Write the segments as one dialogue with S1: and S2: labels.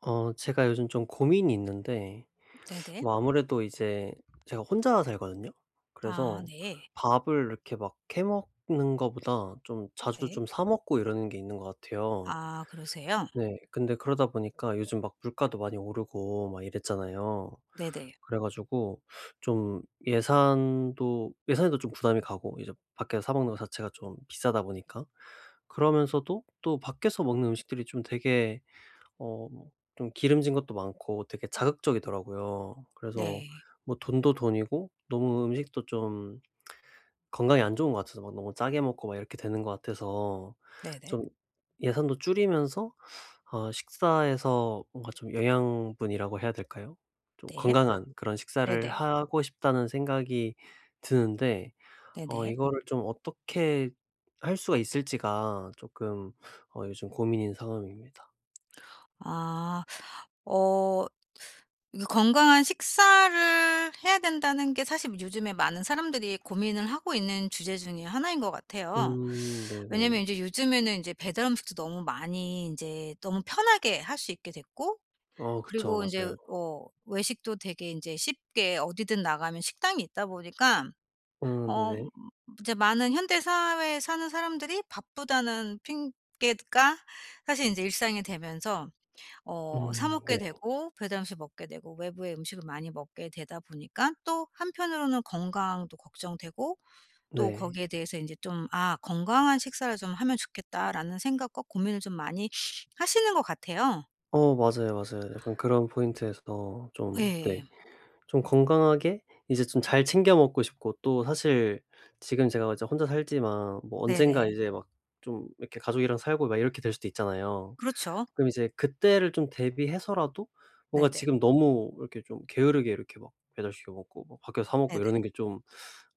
S1: 어 제가 요즘 좀 고민이 있는데
S2: 네네.
S1: 뭐 아무래도 이제 제가 혼자 살거든요.
S2: 아
S1: 그래서
S2: 네.
S1: 밥을 이렇게 막 해 먹는 거보다 좀 자주
S2: 네.
S1: 좀 사 먹고 이러는 게 있는 것 같아요.
S2: 아 그러세요?
S1: 네. 근데 그러다 보니까 요즘 막 물가도 많이 오르고 막 이랬잖아요.
S2: 네네.
S1: 그래 가지고 좀 예산도 예산에도 좀 부담이 가고 이제 밖에서 사 먹는 거 자체가 좀 비싸다 보니까, 그러면서도 또 밖에서 먹는 음식들이 좀 되게 어 뭐 좀 기름진 것도 많고 되게 자극적이더라고요. 그래서
S2: 네.
S1: 뭐 돈도 돈이고 너무 음식도 좀 건강에 안 좋은 것 같아서 막 너무 짜게 먹고 막 이렇게 되는 것 같아서
S2: 네네.
S1: 좀 예산도 줄이면서 어 식사에서 뭔가 좀 영양분이라고 해야 될까요? 좀
S2: 네.
S1: 건강한 그런 식사를
S2: 네네.
S1: 하고 싶다는 생각이 드는데 어
S2: 네네.
S1: 이거를 좀 어떻게 할 수가 있을지가 조금 어 요즘 고민인 상황입니다.
S2: 아. 어 이게 건강한 식사를 해야 된다는 게 사실 요즘에 많은 사람들이 고민을 하고 있는 주제 중에 하나인 것 같아요. 왜냐면
S1: 네네.
S2: 이제 요즘에는 이제 배달 음식도 너무 많이 이제 너무 편하게 할 수 있게 됐고,
S1: 어 그쵸.
S2: 그리고 이제
S1: 맞아요.
S2: 외식도 되게 이제 쉽게 어디든 나가면 식당이 있다 보니까
S1: 어
S2: 어
S1: 네네.
S2: 이제 많은 현대 사회에 사는 사람들이 바쁘다는 핑계가 사실 이제 일상이 되면서 사 먹게
S1: 네.
S2: 되고 배달 음식 먹게 되고 외부의 음식을 많이 먹게 되다 보니까 또 한편으로는 건강도 걱정되고, 또
S1: 네.
S2: 거기에 대해서 이제 좀 '아 건강한 식사를 좀 하면 좋겠다.'라는 생각과 고민을 좀 많이 하시는 것 같아요.
S1: 어 맞아요, 맞아요. 약간 그런 포인트에서 좀 네
S2: 예.
S1: 좀 건강하게 이제 좀 잘 챙겨 먹고 싶고, 또 사실 지금 제가 이제 혼자 살지만 뭐
S2: 네네.
S1: 언젠가 이제 막 좀 이렇게 가족이랑 살고 막 이렇게 될 수도 있잖아요.
S2: 그렇죠.
S1: 그럼 이제 그때를 좀 대비해서라도 뭔가
S2: 네네.
S1: 지금 너무 이렇게 좀 게으르게 이렇게 막 배달 시켜 먹고 막 밖에서 사 먹고
S2: 네네.
S1: 이러는 게 좀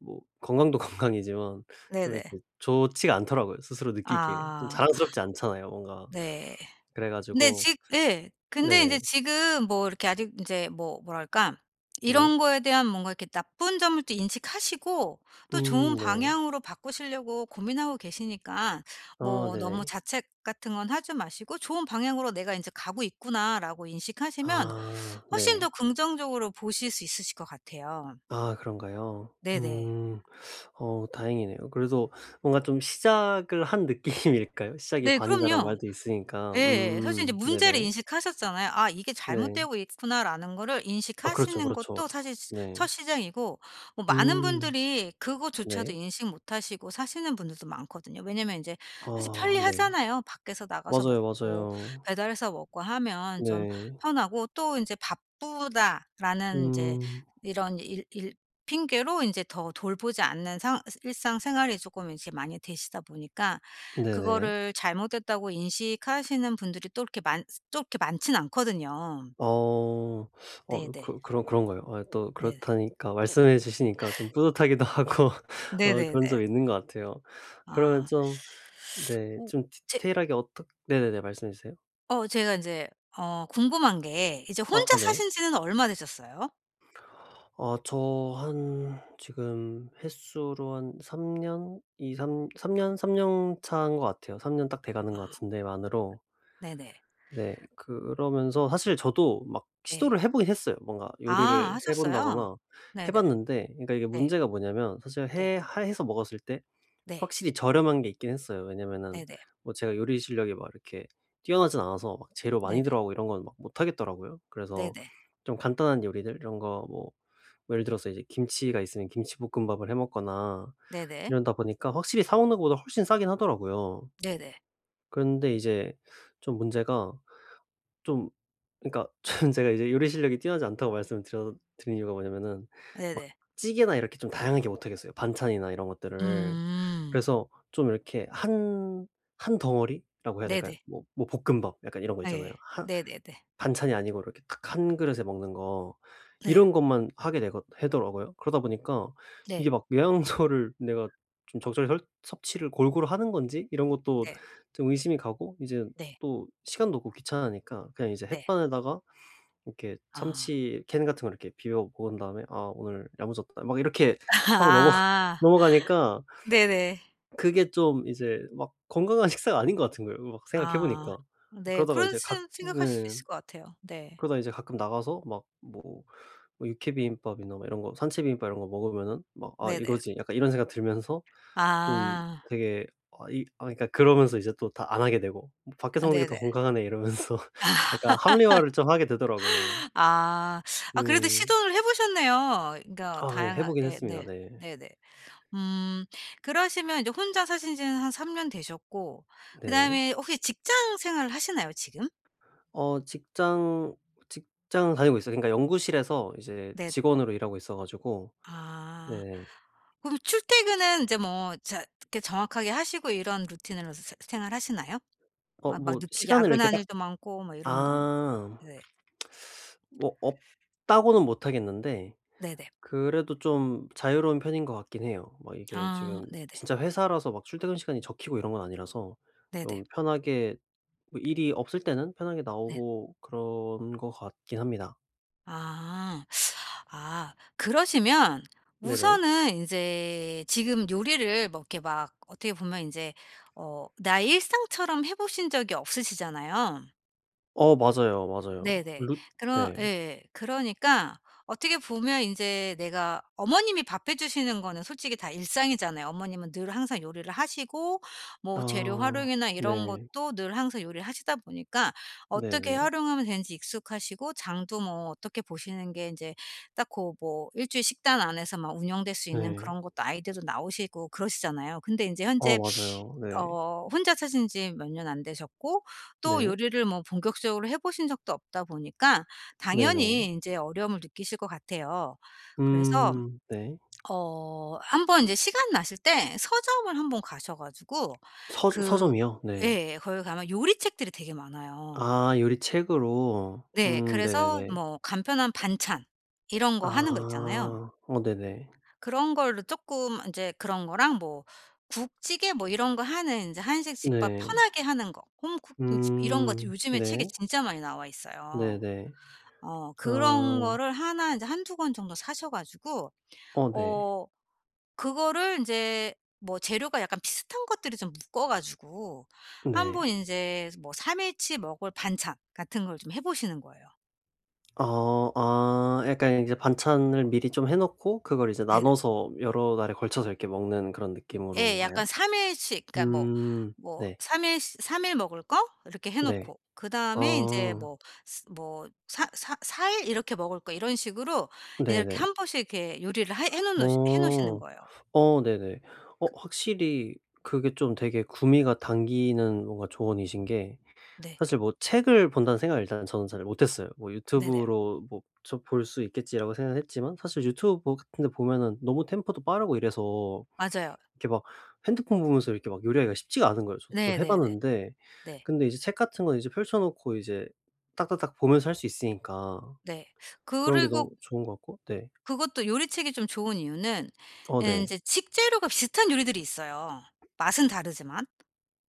S1: 뭐 건강도 건강이지만 좀
S2: 네네.
S1: 이렇게 좋지가 않더라고요, 스스로 느끼기에. 좀
S2: 아
S1: 자랑스럽지 않잖아요, 뭔가.
S2: 네.
S1: 그래
S2: 근데
S1: 가지고
S2: 지 예. 근데 인제
S1: 네네.
S2: 지금 뭐 이렇게 아직 인제 뭐 뭐랄까,
S1: 네.
S2: 이런 거에 대한 뭔가 이렇게 나쁜 점을 또 인식하시고 또 좋은
S1: 네.
S2: 방향으로 바꾸시려고 고민하고 계시니까
S1: 아
S2: 뭐 너무
S1: 네네.
S2: 자책 같은 건 하지 마시고 '좋은 방향으로 내가 인제 가고 있구나.'라고 인식하시면
S1: 아
S2: 훨씬 더
S1: 네.
S2: 긍정적으로 보실 수 있으실 것 같아요.
S1: 아 그런가요?
S2: 네네.
S1: 음. 어 다행이네요. 그래도 뭔가 좀 시작을 한 느낌일까요? 시작이
S2: 네
S1: 반이다라는
S2: 그럼요.
S1: 말도 있으니까.
S2: 예. 사실 이제 문제를
S1: 네네.
S2: 인식하셨잖아요. '아 이게
S1: 네.
S2: 잘못되고 있구나.'라는 거를
S1: 아 그렇죠,
S2: 인식하시는
S1: 그렇죠.
S2: 것도 사실 시
S1: 네.
S2: 첫 시작이고, 뭐 많은
S1: 음.
S2: 분들이 그거조차도
S1: 네.
S2: 인식 못 하시고 사시는 분들도 많거든요. 왜냐면 인제 사실
S1: 아 네.
S2: 편리하잖아요. 밖에서 나가서
S1: 맞아요,
S2: 먹고
S1: 맞아요.
S2: 배달해서 먹고 하면 좀
S1: 네.
S2: 편하고 또 인제 '바쁘다.'라는 인제
S1: 음.
S2: 이런 일 핑계로 인제 더 돌보지 않는 상 일상생활이 쪼끔 이렇게 많이 되시다 보니까
S1: 네네.
S2: 그거를 잘못됐다고 인식하시는 분들이 또 이렇게 많 또 이렇게 많진 않거든요.
S1: 어. 어
S2: 네네.
S1: 그런 그런가요? 아 또
S2: 네.
S1: 그렇다니까 말씀해 주시니까 좀 뿌듯하기도 하고 어 그런
S2: 네네네.
S1: 점이 있는 것 같아요. 그러면
S2: 아.
S1: 좀 네
S2: 오,
S1: 좀
S2: 제
S1: 디테일하게 어떻 네네네 말씀해 주세요.
S2: 어 제가 이제 궁금한 게 이제
S1: 아
S2: 혼자
S1: 네.
S2: 사신 지는 얼마 되셨어요?
S1: 아 저 한 지금 횟수로 한 3년이3삼년3년 차인 것 같아요. 3년 딱 돼 가는 것
S2: 아
S1: 같은데 만으로.
S2: 네네.
S1: 네. 그러면서 사실 저도 막
S2: 네.
S1: 시도를 해 보긴 했어요. 뭔가
S2: 아
S1: 요리를 해
S2: 하셨어요?
S1: 본다거나 해
S2: 네네.
S1: 봤는데, 그러니까 이게
S2: 네.
S1: 문제가 뭐냐면 사실
S2: 네.
S1: 해 하 해서 먹었을 때
S2: 네.
S1: 확실히 저렴한 게 있긴 했어요. 왜냐면은
S2: 네네.
S1: 뭐 제가 요리 실력이 막 이렇게 뛰어나진 않아서 막 재료
S2: 네네.
S1: 많이 들어가고 이런 건 막 못 하겠더라고요. 그래서
S2: 네네.
S1: 좀 간단한 요리들 이런 거뭐 뭐 예를 들어서 이제 김치가 있으면 김치볶음밥을 해 먹거나
S2: 네네.
S1: 이러다 보니까 확실히 사 먹는 것보다 훨씬 싸긴 하더라고요.
S2: 네네.
S1: 그런데 이제 좀 문제가 좀, 그러니까 저는 제가 이제 요리 실력이 뛰어나지 않다고 말씀을 드려 드린 이유가 뭐냐면은 막
S2: 네네.
S1: 찌개나 이렇게 좀 다양하게 못 하겠어요, 반찬이나 이런 것들을.
S2: 음.
S1: 그래서 좀 이렇게 한 한 덩어리라고 해야 될까요?
S2: 네네.
S1: 뭐 뭐 볶음밥 약간 이런 거
S2: 예.
S1: 있잖아요.
S2: 네네네.
S1: 반찬이 아니고 이렇게 딱 한 그릇에 먹는 거
S2: 네.
S1: 이런 것만 하게 되거 되더라고요. 그러다 보니까 이게
S2: 네.
S1: 막 영양소를 내가 좀 적절히 설 섭취를 골고루 하는 건지 이런 것도
S2: 네.
S1: 좀 의심이 가고, 이제
S2: 네.
S1: 또 시간도 없고 귀찮으니까 그냥 이제
S2: 네.
S1: 햇반에다가 이렇게
S2: 아.
S1: 참치 캔 같은 거 이렇게 비벼 먹은 다음에 '아 오늘 야무졌다.' 막 이렇게 하고 넘어가
S2: 아.
S1: 넘어가니까
S2: 네네.
S1: 그게 좀 이제 막 건강한 식사가 아닌 것 같은 거예요 막 생각해
S2: 아.
S1: 보니까.
S2: 네.
S1: 그러다가
S2: 그런
S1: 이제 각
S2: 스 생각하실 수
S1: 네.
S2: 있을 것 같아요. 네.
S1: 그러다 이제 가끔 나가서 막 뭐 뭐 육회 비빔밥이나 막 이런 거 산채 비빔밥 이런 거 먹으면은 막 '아
S2: 네네.
S1: 이거지.' 약간 이런 생각 들면서 좀
S2: 아.
S1: 되게, 아 이 아 그러니까 그러면서 이제 또 다 안 하게 되고 '뭐 밖에서
S2: 아
S1: 먹는 게 더
S2: 네네.
S1: 건강하네.' 이러면서 약간 합리화를 좀 하게 되더라고요.
S2: 아. 아 그래도
S1: 네.
S2: 시도를 해 보셨네요. 그러니까
S1: 아 예 해 보긴
S2: 다양하게
S1: 했습니다.
S2: 네.
S1: 네.
S2: 네네. 음 그러시면 이제 혼자 사신 지는 한 3년 되셨고
S1: 네네.
S2: 그다음에 혹시 직장 생활을 하시나요 지금?
S1: 어 직장 직장은 다니고 있어요. 그러니까 연구실에서 이제
S2: 네네.
S1: 직원으로 일하고 있어 가지고
S2: 아.
S1: 네.
S2: 그럼 출퇴근은 이제 뭐 자 이렇게 정확하게 하시고 이런 루틴으로 생활하시나요?
S1: 어
S2: 막
S1: 뭐
S2: 늦게
S1: 시간을 이렇게
S2: 야근하는
S1: 딱
S2: 일도 많고 막 이런 거.
S1: 아.
S2: 네.
S1: 뭐 없다고는 못 하겠는데
S2: 네네.
S1: 그래도 좀 자유로운 편인 것 같긴 해요. 막 이게
S2: 아
S1: 지금
S2: 네네.
S1: 진짜 회사라서 막 출퇴근 시간이 적히고 이런 건 아니라서
S2: 네네.
S1: 좀 편하게 뭐 일이 없을 때는 편하게
S2: 네.
S1: 나오고 그런 것 같긴 합니다.
S2: 아. 아 그러시면
S1: 네네.
S2: 우선은 인제 지금 요리를 뭐 이렇게 막 어떻게 보면 인제 나의 일상처럼 해 보신 적이 없으시잖아요.
S1: 어 맞아요, 맞아요.
S2: 네네.
S1: 루
S2: 그러
S1: 네.
S2: 예. 그러니까 어떻게 보면 인제 내가 어머님이 밥해 주시는 거는 솔직히 다 일상이잖아요. 어머님은 늘 항상 요리를 하시고 뭐 재료
S1: 아.
S2: 활용이나 이런
S1: 네.
S2: 것도 늘 항상 요리를 하시다 보니까 어떻게
S1: 네네.
S2: 활용하면 되는지 익숙하시고 장도 뭐 어떻게 보시는 게 인제 딱 고 뭐 일 주일 식단 안에서 막 운영될 수 있는
S1: 네.
S2: 그런 것도 아이디어도 나오시고 그러시잖아요. 근데 인제 현재
S1: 어 맞아요. 네.
S2: 혼자 사신 지 몇 년 안 되셨고 또
S1: 네.
S2: 요리를 뭐 본격적으로 해 보신 적도 없다 보니까 당연히
S1: 네네.
S2: 인제 어려움을 느끼실 것 같아요. 그래서
S1: 네.
S2: 한번 이제 시간 나실 때 서점을 한번 가셔 가지고
S1: 서
S2: 그
S1: 서점이요? 네.
S2: 예 거기 가면 요리책들이 되게 많아요.
S1: 아 요리책으로.
S2: 네. 그래서
S1: 네네네.
S2: 뭐 간편한 반찬 이런 거 하는 거
S1: 아.
S2: 있잖아요.
S1: 어 네네.
S2: 그런 걸로 쪼끔 인제 그런 거랑 뭐 국찌개 뭐 이런 거 하는 인제 한식 집밥
S1: 네.
S2: 편하게 하는 거 홈쿠킹 집 이런 거 요즘에 책에
S1: 네.
S2: 진짜 많이 나와 있어요.
S1: 네네.
S2: 어
S1: 아.
S2: 그런 거를 하나 인제 한두 권 정도 사셔 가지고
S1: 어 네.
S2: 어 그거를 인제 뭐 재료가 약간 비슷한 것들이 좀 묶어 가지고 한번
S1: 네.
S2: 인제 뭐 3 일치 먹을 반찬 같은 걸 좀 해 보시는 거예요.
S1: 어 아 약간 이제 반찬을 미리 좀 해 놓고 그걸 이제
S2: 네네.
S1: 나눠서 여러 날에 걸쳐서 이렇게 먹는 그런
S2: 예.
S1: 느낌으로인가요?
S2: 약간 3 일씩 그러니까 뭐 뭐
S1: 네.
S2: 3일삼일 먹을 거 이렇게 해
S1: 네.
S2: 놓고 그다음에 이제
S1: 아
S2: 뭐 스 뭐 사 일 이렇게 먹을 거 이런 식으로 이렇게
S1: 네네.
S2: 한 번씩 이렇게 요리를 하 해 놓으시는
S1: 어.
S2: 거예요.
S1: 어 네네. 어 확실히 그게 좀 되게 구미가 당기는 뭔가 조언이신 게,
S2: 네.
S1: 사실 뭐 책을 본다는 생각을 일단 저는 잘 못했어요. 뭐
S2: 네네.
S1: 유튜브로 뭐 저 '볼 수 있겠지.'라고 생각을 했지만 사실 유튜브 같은 데 보면은 너무 템포도 빠르고 이래서
S2: 맞아요.
S1: 이렇게 막 핸드폰 보면서 이렇게 막 요리하기가 쉽지가 않은 거예요. 저도 좀 해
S2: 네네네. 네.
S1: 봤는데,
S2: 네.
S1: 근데 이제 책 같은 건 이제 펼쳐 놓고 이제 딱딱딱 보면서 할 수 있으니까
S2: 네, 네.
S1: 그런 게
S2: 그리고
S1: 너무 좋은 것 같고 네.
S2: 그것도 요리책이 좀 좋은 이유는
S1: 어
S2: 이
S1: 네.
S2: 제 식재료가 비슷한 요리들이 있어요, 맛은 다르지만.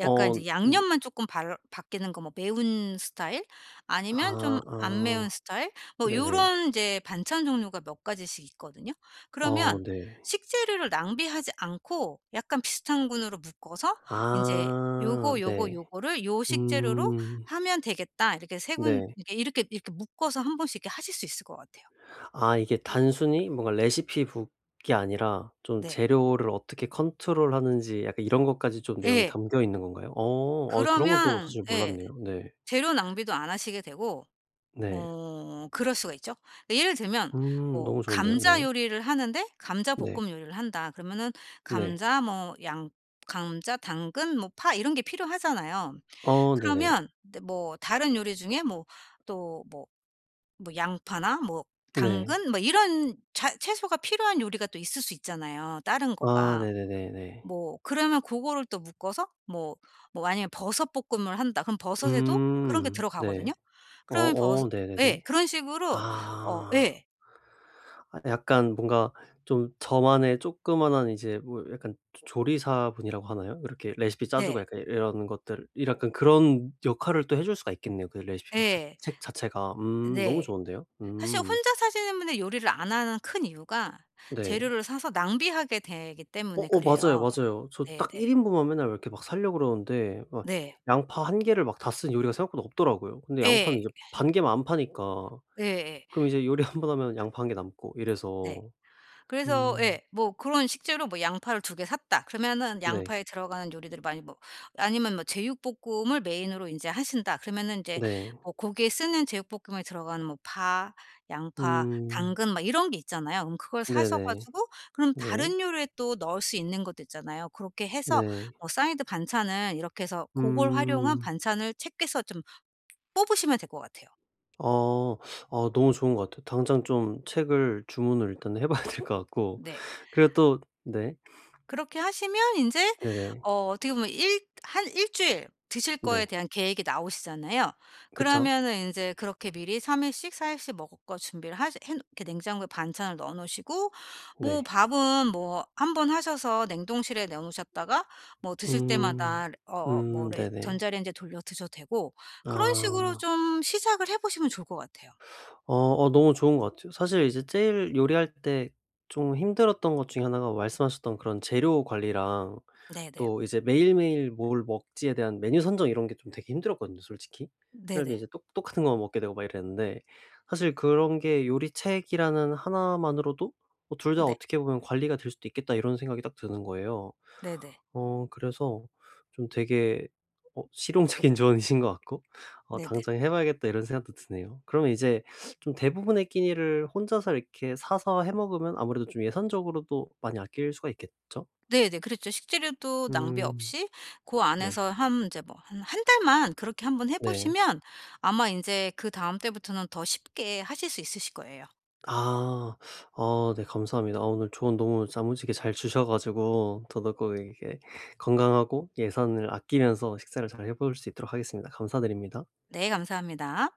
S1: 어
S2: 약간 이제
S1: 음
S2: 양념만 조금 발 바뀌는 거 뭐 매운 스타일 아니면 좀
S1: 아 아
S2: 안 매운 스타일 뭐
S1: 네네.
S2: 요런 이제 반찬 종류가 몇 가지씩 있거든요.
S1: 어
S2: 그러면
S1: 네.
S2: 식재료를 낭비하지 않고 약간 비슷한 군으로 묶어서 이제
S1: 아
S2: '요거, 요거,
S1: 네.
S2: 요거를 요 식재료로
S1: 음.
S2: 하면 되겠다.' 이렇게 세 군
S1: 네.
S2: 이렇게 이렇게 이렇게 묶어서 한 번씩 이렇게 하실 수 있을 것 같아요.
S1: 아 이게 단순히 뭔가 레시피북이 아니라 좀
S2: 네.
S1: 재료를 어떻게 컨트롤하는지 약간 이런 것까지 좀 내용이
S2: 예.
S1: 담겨 있는 건가요? 어. 어 그런 것도
S2: 그러면
S1: 사실
S2: 예
S1: 몰랐네요. 네.
S2: 재료 낭비도 안 하시게 되고
S1: 네.
S2: 그럴 수가 있죠. 그러니까 예를 들면 뭐
S1: 너무 좋은데요.
S2: 감자
S1: 네.
S2: 요리를 하는데
S1: 네.
S2: 감자볶음 요리를 한다. 그러면은
S1: 네.
S2: 감자 뭐 양 감자, 당근, 뭐 파 이런 게 필요하잖아요.
S1: 어 네네.
S2: 그러면 근데 뭐 다른 요리 중에 뭐 또 뭐 양파나 뭐
S1: 네.
S2: 당근 뭐 이런 자 채소가 필요한 요리가 또 있을 수 있잖아요, 다른
S1: 아
S2: 거가.
S1: 네네네네.
S2: 뭐 그러면 그거를 또 묶어서 뭐 뭐 아니면 버섯 볶음을 한다. 그럼 버섯에도 그런 게
S1: 음.
S2: 들어가거든요.
S1: 네. 어
S2: 그러면
S1: 어
S2: 버섯 예.
S1: 네네네.
S2: 그런 식으로
S1: 아.
S2: 예.
S1: 아 약간 뭔가 좀 저만의 조그마한 이제 뭐 약간 조 조리사분이라고 하나요? 이렇게 레시피 짜주고
S2: 네.
S1: 약간 이런 것들 이 약간 그런 역할을 또 해줄 수가 있겠네요, 그 레시피북 자
S2: 예.
S1: 책 자체가. 너무
S2: 네.
S1: 좋은데요?
S2: 사실 혼자 사시는 분이 요리를 안 하는 큰 이유가
S1: 네.
S2: 재료를 사서 낭비하게 되기
S1: 어
S2: 때문에
S1: 어 맞아요,
S2: 그래요.
S1: 맞아요. 저
S2: 네네.
S1: 딱 1 인분만 맨날 이렇게 막 사려고 그러는데 막
S2: 네.
S1: 양파 한 개를 막 다 쓴 요리가 생각보다 없더라고요. 근데
S2: 네.
S1: 양파는 이제
S2: 예.
S1: 반 개만 안 파니까
S2: 예예.
S1: 그럼 이제 요리 한번 하면 양파 한 개 남고
S2: 네.
S1: 이래서
S2: 그래서
S1: 음
S2: 예 뭐 그런 식재료 뭐 양파를 두 개 샀다. 그러면은
S1: 네.
S2: 양파에 들어가는 요리들이 많이 뭐 아니면 뭐 제육볶음을 메인으로 인제 하신다. 그러면은 인제
S1: 네.
S2: 뭐 고기에 쓰는 제육볶음에 들어가는 뭐 파, 양파,
S1: 음.
S2: 당근 막 이런 게 있잖아요. 그럼 그걸 사셔
S1: 네네.
S2: 가지고 그럼
S1: 네.
S2: 다른 요리에 또 넣을 수 있는 것도 있잖아요. 그렇게 해서
S1: 네.
S2: 뭐 사이드 반찬은 이렇게 해서 고걸 활용한
S1: 음.
S2: 반찬을 책에서 좀 뽑으시면 될 것 같아요.
S1: 어. 어 너무 좋은 것 같아요. 당장 좀 책을 주문을 일단 해 봐야 될 것 같고
S2: 네.
S1: 그리고 또 네.
S2: 그렇게 하시면 인제
S1: 네네.
S2: 어떻게 보면 일 한 일 주일 드실 거에
S1: 네.
S2: 대한 계획이 나오시잖아요.
S1: 그쵸.
S2: 그러면은 인제 그렇게 미리 3 일씩 4 일씩 먹을 거 준비를 하시 해 놓, 이렇게 냉장고에 반찬을 넣어 놓으시고 뭐
S1: 네.
S2: 밥은 뭐 한 번 하셔서 냉동실에 넣어 놓으셨다가 뭐 드실
S1: 음.
S2: 때마다 어 뭐 레
S1: 네네.
S2: 전자레인지에 돌려 드셔도 되고 그런 식으로
S1: 아.
S2: 좀 시작을 해 보시면 좋을 것 같아요.
S1: 어 어 너무 좋은 것 같아요. 사실 이제 제일 요리할 때 좀 힘들었던 것 중에 하나가 말씀하셨던 그런 재료 관리랑
S2: 네네.
S1: 또 이제 매일매일 뭘 먹지에 대한 메뉴 선정 이런 게 좀 되게 힘들었거든요 솔직히. 맨날 또
S2: 네네.
S1: 이제 똑 똑같은 것만 먹게 되고 막 이랬는데 사실 그런 게 '요리책이라는 하나만으로도 어 둘 다
S2: 네.
S1: 어떻게 보면 관리가 될 수도 있겠다.' 이런 생각이 딱 드는 거예요.
S2: 네네.
S1: 어 그래서 좀 되게 어 실용적인 조언이신 것 같고 어
S2: 네네.
S1: '당장 해 봐야겠다.' 이런 생각도 드네요. 그러면 이제 좀 대부분의 끼니를 혼자서 이렇게 사서 해 먹으면 아무래도 좀 예산적으로도 많이 아낄 수가 있겠죠?
S2: 네네. 그랬죠. 식재료도 낭비
S1: 음
S2: 없이 그
S1: 네.
S2: 안에서 한 이제 뭐 한 한 달만 그렇게 한번 해
S1: 네.
S2: 보시면 아마 인제 그다음 때부터는 더 쉽게 하실 수 있으실 거예요.
S1: 아. 어 네 감사합니다. 아 오늘 조언 너무 야무지게 잘 주셔 가지고 더더욱 이게 건강하고 예산을 아끼면서 식사를 잘 해볼 수 있도록 하겠습니다. 감사드립니다.
S2: 네 감사합니다.